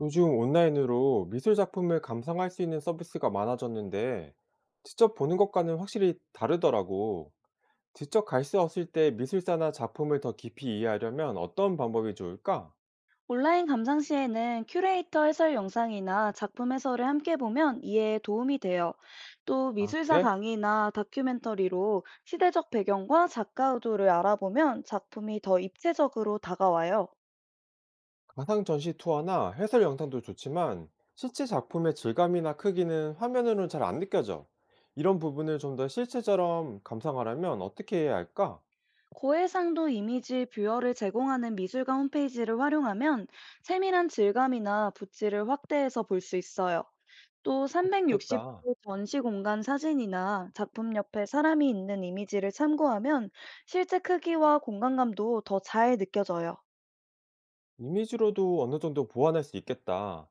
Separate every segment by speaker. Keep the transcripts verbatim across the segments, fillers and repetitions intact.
Speaker 1: 요즘 온라인으로 미술 작품을 감상할 수 있는 서비스가 많아졌는데, 직접 보는 것과는 확실히 다르더라고. 직접 갈 수 없을 때 미술사나 작품을 더 깊이 이해하려면 어떤 방법이 좋을까?
Speaker 2: 온라인 감상 시에는 큐레이터 해설 영상이나 작품 해설을 함께 보면 이해에 도움이 돼요. 또
Speaker 1: 아,
Speaker 2: 미술사
Speaker 1: 그래?
Speaker 2: 강의나 다큐멘터리로 시대적 배경과 작가 의도를 알아보면 작품이 더 입체적으로 다가와요.
Speaker 1: 가상 전시 투어나 해설 영상도 좋지만, 실제 작품의 질감이나 크기는 화면으로는 잘 안 느껴져. 이런 부분을 좀 더 실체처럼 감상하려면 어떻게 해야 할까?
Speaker 2: 고해상도 이미지 뷰어를 제공하는 미술관 홈페이지를 활용하면 세밀한 질감이나 붓질을 확대해서 볼 수 있어요. 또
Speaker 1: 그거 좋겠다.
Speaker 2: 삼백육십 도 전시 공간 사진이나 작품 옆에 사람이 있는 이미지를 참고하면 실제 크기와 공간감도 더 잘 느껴져요.
Speaker 1: 이미지로도 어느 정도 보완할 수 있겠다.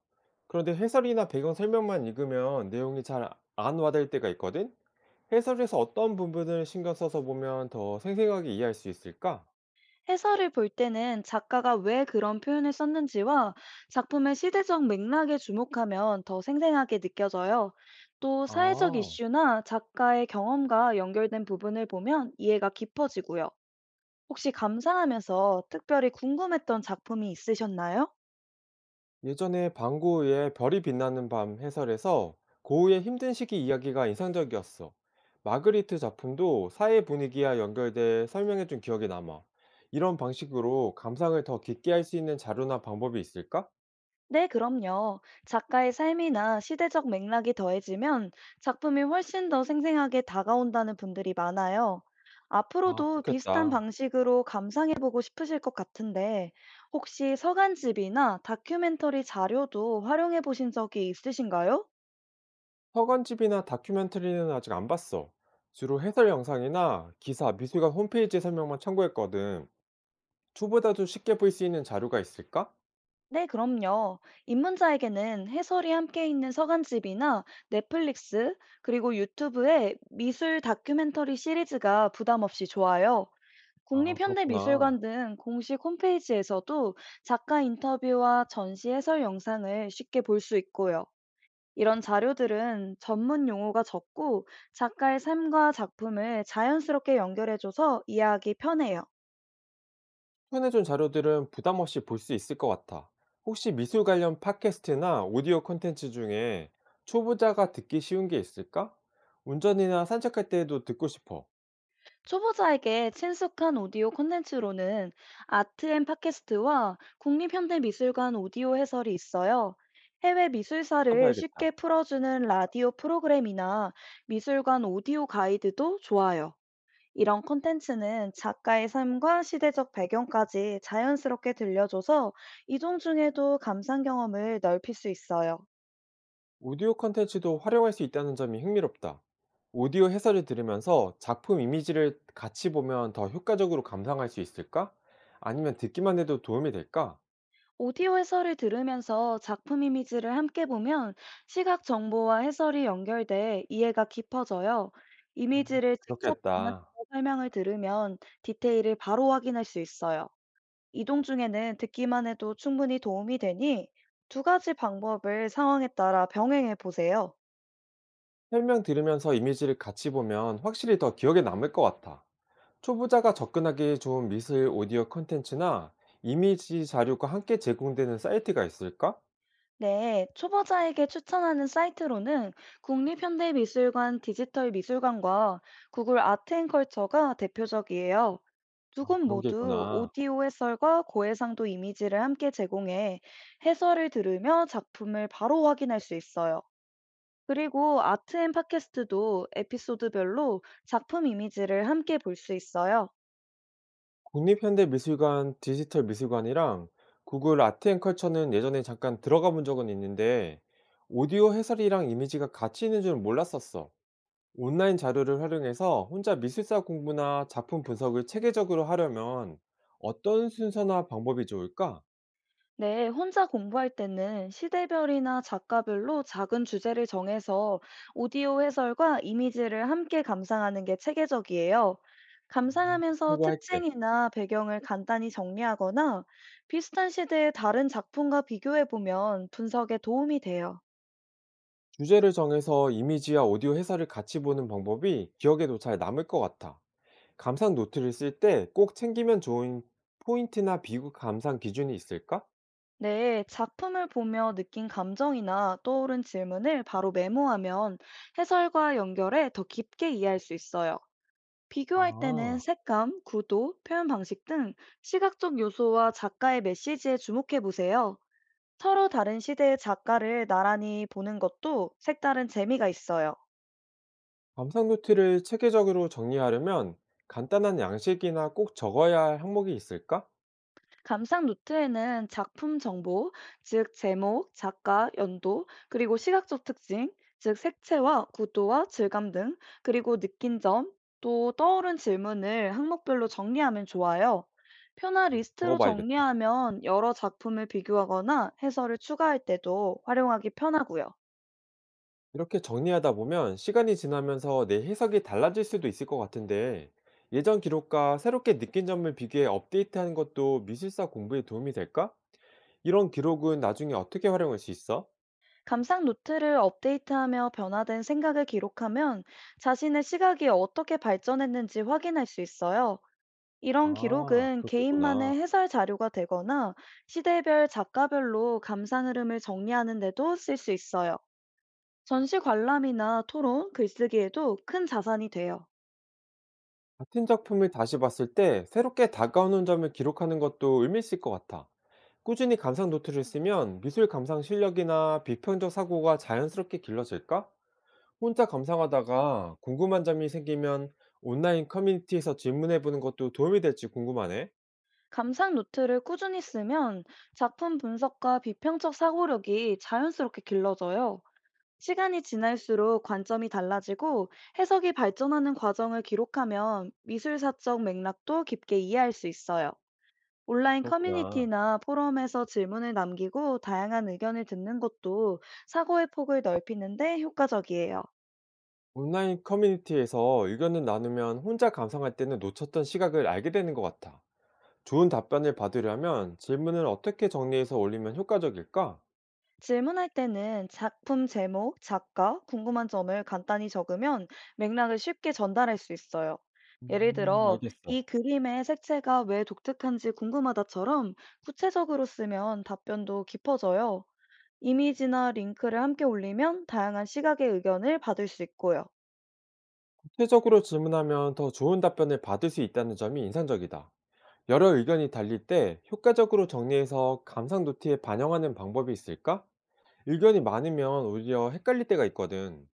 Speaker 1: 그런데 해설이나 배경 설명만 읽으면 내용이 잘 안 와닿을 때가 있거든? 해설에서 어떤 부분을 신경 써서 보면 더 생생하게 이해할 수 있을까?
Speaker 2: 해설을 볼 때는 작가가 왜 그런 표현을 썼는지와 작품의 시대적 맥락에 주목하면 더 생생하게 느껴져요. 또 사회적
Speaker 1: 아,
Speaker 2: 이슈나 작가의 경험과 연결된 부분을 보면 이해가 깊어지고요. 혹시 감상하면서 특별히 궁금했던 작품이 있으셨나요?
Speaker 1: 예전에 방고우의 별이 빛나는 밤 해설에서 고우의 힘든 시기 이야기가 인상적이었어. 마그리트 작품도 사회 분위기와 연결돼 설명해준 기억이 남아. 이런 방식으로 감상을 더 깊게 할 수 있는 자료나 방법이 있을까?
Speaker 2: 네, 그럼요. 작가의 삶이나 시대적 맥락이 더해지면 작품이 훨씬 더 생생하게 다가온다는 분들이 많아요.
Speaker 1: 아,
Speaker 2: 앞으로도 비슷한
Speaker 1: 그렇겠다.
Speaker 2: 방식으로 감상해보고 싶으실 것 같은데, 혹시 서간집이나 다큐멘터리 자료도 활용해보신 적이 있으신가요?
Speaker 1: 허관집이나 다큐멘터리는 아직 안 봤어. 주로 해설 영상이나 기사, 미술관 홈페이지 설명만 참고했거든. 초보자도 쉽게 볼 수 있는 자료가 있을까?
Speaker 2: 네, 그럼요. 입문자에게는 해설이 함께 있는 서간집이나 넷플릭스, 그리고 유튜브의 미술 다큐멘터리 시리즈가 부담 없이 좋아요.
Speaker 1: 아, 그렇구나.
Speaker 2: 국립현대미술관 등 공식 홈페이지에서도 작가 인터뷰와 전시 해설 영상을 쉽게 볼 수 있고요. 이런 자료들은 전문 용어가 적고 작가의 삶과 작품을 자연스럽게 연결해줘서 이해하기 편해요.
Speaker 1: 추천해준 자료들은 부담 없이 볼 수 있을 것 같아. 혹시 미술 관련 팟캐스트나 오디오 콘텐츠 중에 초보자가 듣기 쉬운 게 있을까? 운전이나 산책할 때도 듣고 싶어.
Speaker 2: 초보자에게 친숙한 오디오 콘텐츠로는 아트 앤 팟캐스트와 국립현대미술관 오디오 해설이 있어요. 해외 미술사를
Speaker 1: 찾아봐야겠다.
Speaker 2: 쉽게 풀어주는 라디오 프로그램이나 미술관 오디오 가이드도 좋아요. 이런 콘텐츠는 작가의 삶과 시대적 배경까지 자연스럽게 들려줘서 이동 중에도 감상 경험을 넓힐 수 있어요.
Speaker 1: 오디오 컨텐츠도 활용할 수 있다는 점이 흥미롭다. 오디오 해설을 들으면서 작품 이미지를 같이 보면 더 효과적으로 감상할 수 있을까? 아니면 듣기만 해도 도움이 될까?
Speaker 2: 오디오 해설을 들으면서 작품 이미지를 함께 보면 시각 정보와 해설이 연결돼 이해가 깊어져요.
Speaker 1: 음,
Speaker 2: 이미지를 직접 보면서
Speaker 1: 그렇겠다.
Speaker 2: 설명을 들으면 디테일을 바로 확인할 수 있어요. 이동 중에는 듣기만 해도 충분히 도움이 되니 두 가지 방법을 상황에 따라 병행해 보세요.
Speaker 1: 설명 들으면서 이미지를 같이 보면 확실히 더 기억에 남을 것 같아. 초보자가 접근하기 좋은 미술 오디오 컨텐츠나 이미지 자료가 함께 제공되는 사이트가 있을까?
Speaker 2: 네, 초보자에게 추천하는 사이트로는 국립현대미술관 디지털 미술관과 구글 아트앤컬처가 대표적이에요. 두
Speaker 1: 아,
Speaker 2: 곳
Speaker 1: 그런 게
Speaker 2: 모두
Speaker 1: 있구나.
Speaker 2: 오디오 해설과 고해상도 이미지를 함께 제공해 해설을 들으며 작품을 바로 확인할 수 있어요. 그리고 아트앤 팟캐스트도 에피소드별로 작품 이미지를 함께 볼 수 있어요.
Speaker 1: 국립현대미술관 디지털 미술관이랑 구글 아트앤컬처는 예전에 잠깐 들어가 본 적은 있는데 오디오 해설이랑 이미지가 같이 있는 줄은 몰랐었어. 온라인 자료를 활용해서 혼자 미술사 공부나 작품 분석을 체계적으로 하려면 어떤 순서나 방법이 좋을까?
Speaker 2: 네, 혼자 공부할 때는 시대별이나 작가별로 작은 주제를 정해서 오디오 해설과 이미지를 함께 감상하는 게 체계적이에요. 감상하면서
Speaker 1: 참고할게.
Speaker 2: 특징이나 배경을 간단히 정리하거나 비슷한 시대의 다른 작품과 비교해 보면 분석에 도움이 돼요.
Speaker 1: 주제를 정해서 이미지와 오디오 해설을 같이 보는 방법이 기억에도 잘 남을 것 같아. 감상 노트를 쓸 때 꼭 챙기면 좋은 포인트나 비교 감상 기준이 있을까?
Speaker 2: 네, 작품을 보며 느낀 감정이나 떠오른 질문을 바로 메모하면 해설과 연결해 더 깊게 이해할 수 있어요. 비교할 때는
Speaker 1: 아,
Speaker 2: 색감, 구도, 표현 방식 등 시각적 요소와 작가의 메시지에 주목해 보세요. 서로 다른 시대의 작가를 나란히 보는 것도 색다른 재미가 있어요.
Speaker 1: 감상 노트를 체계적으로 정리하려면 간단한 양식이나 꼭 적어야 할 항목이 있을까?
Speaker 2: 감상 노트에는 작품 정보, 즉 제목, 작가, 연도, 그리고 시각적 특징, 즉 색채와 구도와 질감 등, 그리고 느낀 점, 또 떠오른 질문을 항목별로 정리하면 좋아요. 표나 리스트로
Speaker 1: 적어봐야겠다.
Speaker 2: 정리하면 여러 작품을 비교하거나 해설을 추가할 때도 활용하기 편하고요.
Speaker 1: 이렇게 정리하다 보면 시간이 지나면서 내 해석이 달라질 수도 있을 것 같은데 예전 기록과 새롭게 느낀 점을 비교해 업데이트하는 것도 미술사 공부에 도움이 될까? 이런 기록은 나중에 어떻게 활용할 수 있어?
Speaker 2: 감상 노트를 업데이트하며 변화된 생각을 기록하면 자신의 시각이 어떻게 발전했는지 확인할 수 있어요. 이런
Speaker 1: 아,
Speaker 2: 기록은
Speaker 1: 그렇겠구나.
Speaker 2: 개인만의 해설 자료가 되거나 시대별 작가별로 감상 흐름을 정리하는 데도 쓸 수 있어요. 전시 관람이나 토론, 글쓰기에도 큰 자산이 돼요.
Speaker 1: 같은 작품을 다시 봤을 때 새롭게 다가오는 점을 기록하는 것도 의미 있을 것 같아. 꾸준히 감상 노트를 쓰면 미술 감상 실력이나 비평적 사고가 자연스럽게 길러질까? 혼자 감상하다가 궁금한 점이 생기면 온라인 커뮤니티에서 질문해보는 것도 도움이 될지 궁금하네.
Speaker 2: 감상 노트를 꾸준히 쓰면 작품 분석과 비평적 사고력이 자연스럽게 길러져요. 시간이 지날수록 관점이 달라지고 해석이 발전하는 과정을 기록하면 미술사적 맥락도 깊게 이해할 수 있어요. 온라인
Speaker 1: 그렇구나.
Speaker 2: 커뮤니티나 포럼에서 질문을 남기고 다양한 의견을 듣는 것도 사고의 폭을 넓히는데 효과적이에요.
Speaker 1: 온라인 커뮤니티에서 의견을 나누면 혼자 감상할 때는 놓쳤던 시각을 알게 되는 것 같아. 좋은 답변을 받으려면 질문을 어떻게 정리해서 올리면 효과적일까?
Speaker 2: 질문할 때는 작품 제목, 작가, 궁금한 점을 간단히 적으면 맥락을 쉽게 전달할 수 있어요. 예를
Speaker 1: 음,
Speaker 2: 들어, 이
Speaker 1: 알겠어.
Speaker 2: 그림의 색채가 왜 독특한지 궁금하다처럼 구체적으로 쓰면 답변도 깊어져요. 이미지나 링크를 함께 올리면 다양한 시각의 의견을 받을 수 있고요.
Speaker 1: 구체적으로 질문하면 더 좋은 답변을 받을 수 있다는 점이 인상적이다. 여러 의견이 달릴 때 효과적으로 정리해서 감상 노트에 반영하는 방법이 있을까? 의견이 많으면 오히려 헷갈릴 때가 있거든.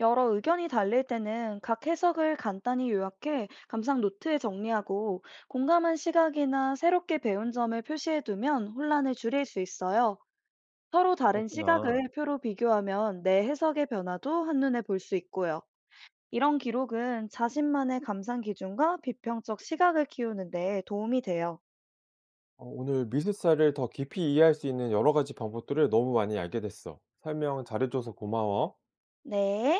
Speaker 2: 여러 의견이 달릴 때는 각 해석을 간단히 요약해 감상 노트에 정리하고 공감한 시각이나 새롭게 배운 점을 표시해두면 혼란을 줄일 수 있어요. 서로 다른
Speaker 1: 그렇구나.
Speaker 2: 시각을 표로 비교하면 내 해석의 변화도 한눈에 볼 수 있고요. 이런 기록은 자신만의 감상 기준과 비평적 시각을 키우는 데 도움이 돼요.
Speaker 1: 어, 오늘 미술사를 더 깊이 이해할 수 있는 여러 가지 방법들을 너무 많이 알게 됐어. 설명 잘해줘서 고마워.
Speaker 2: 네.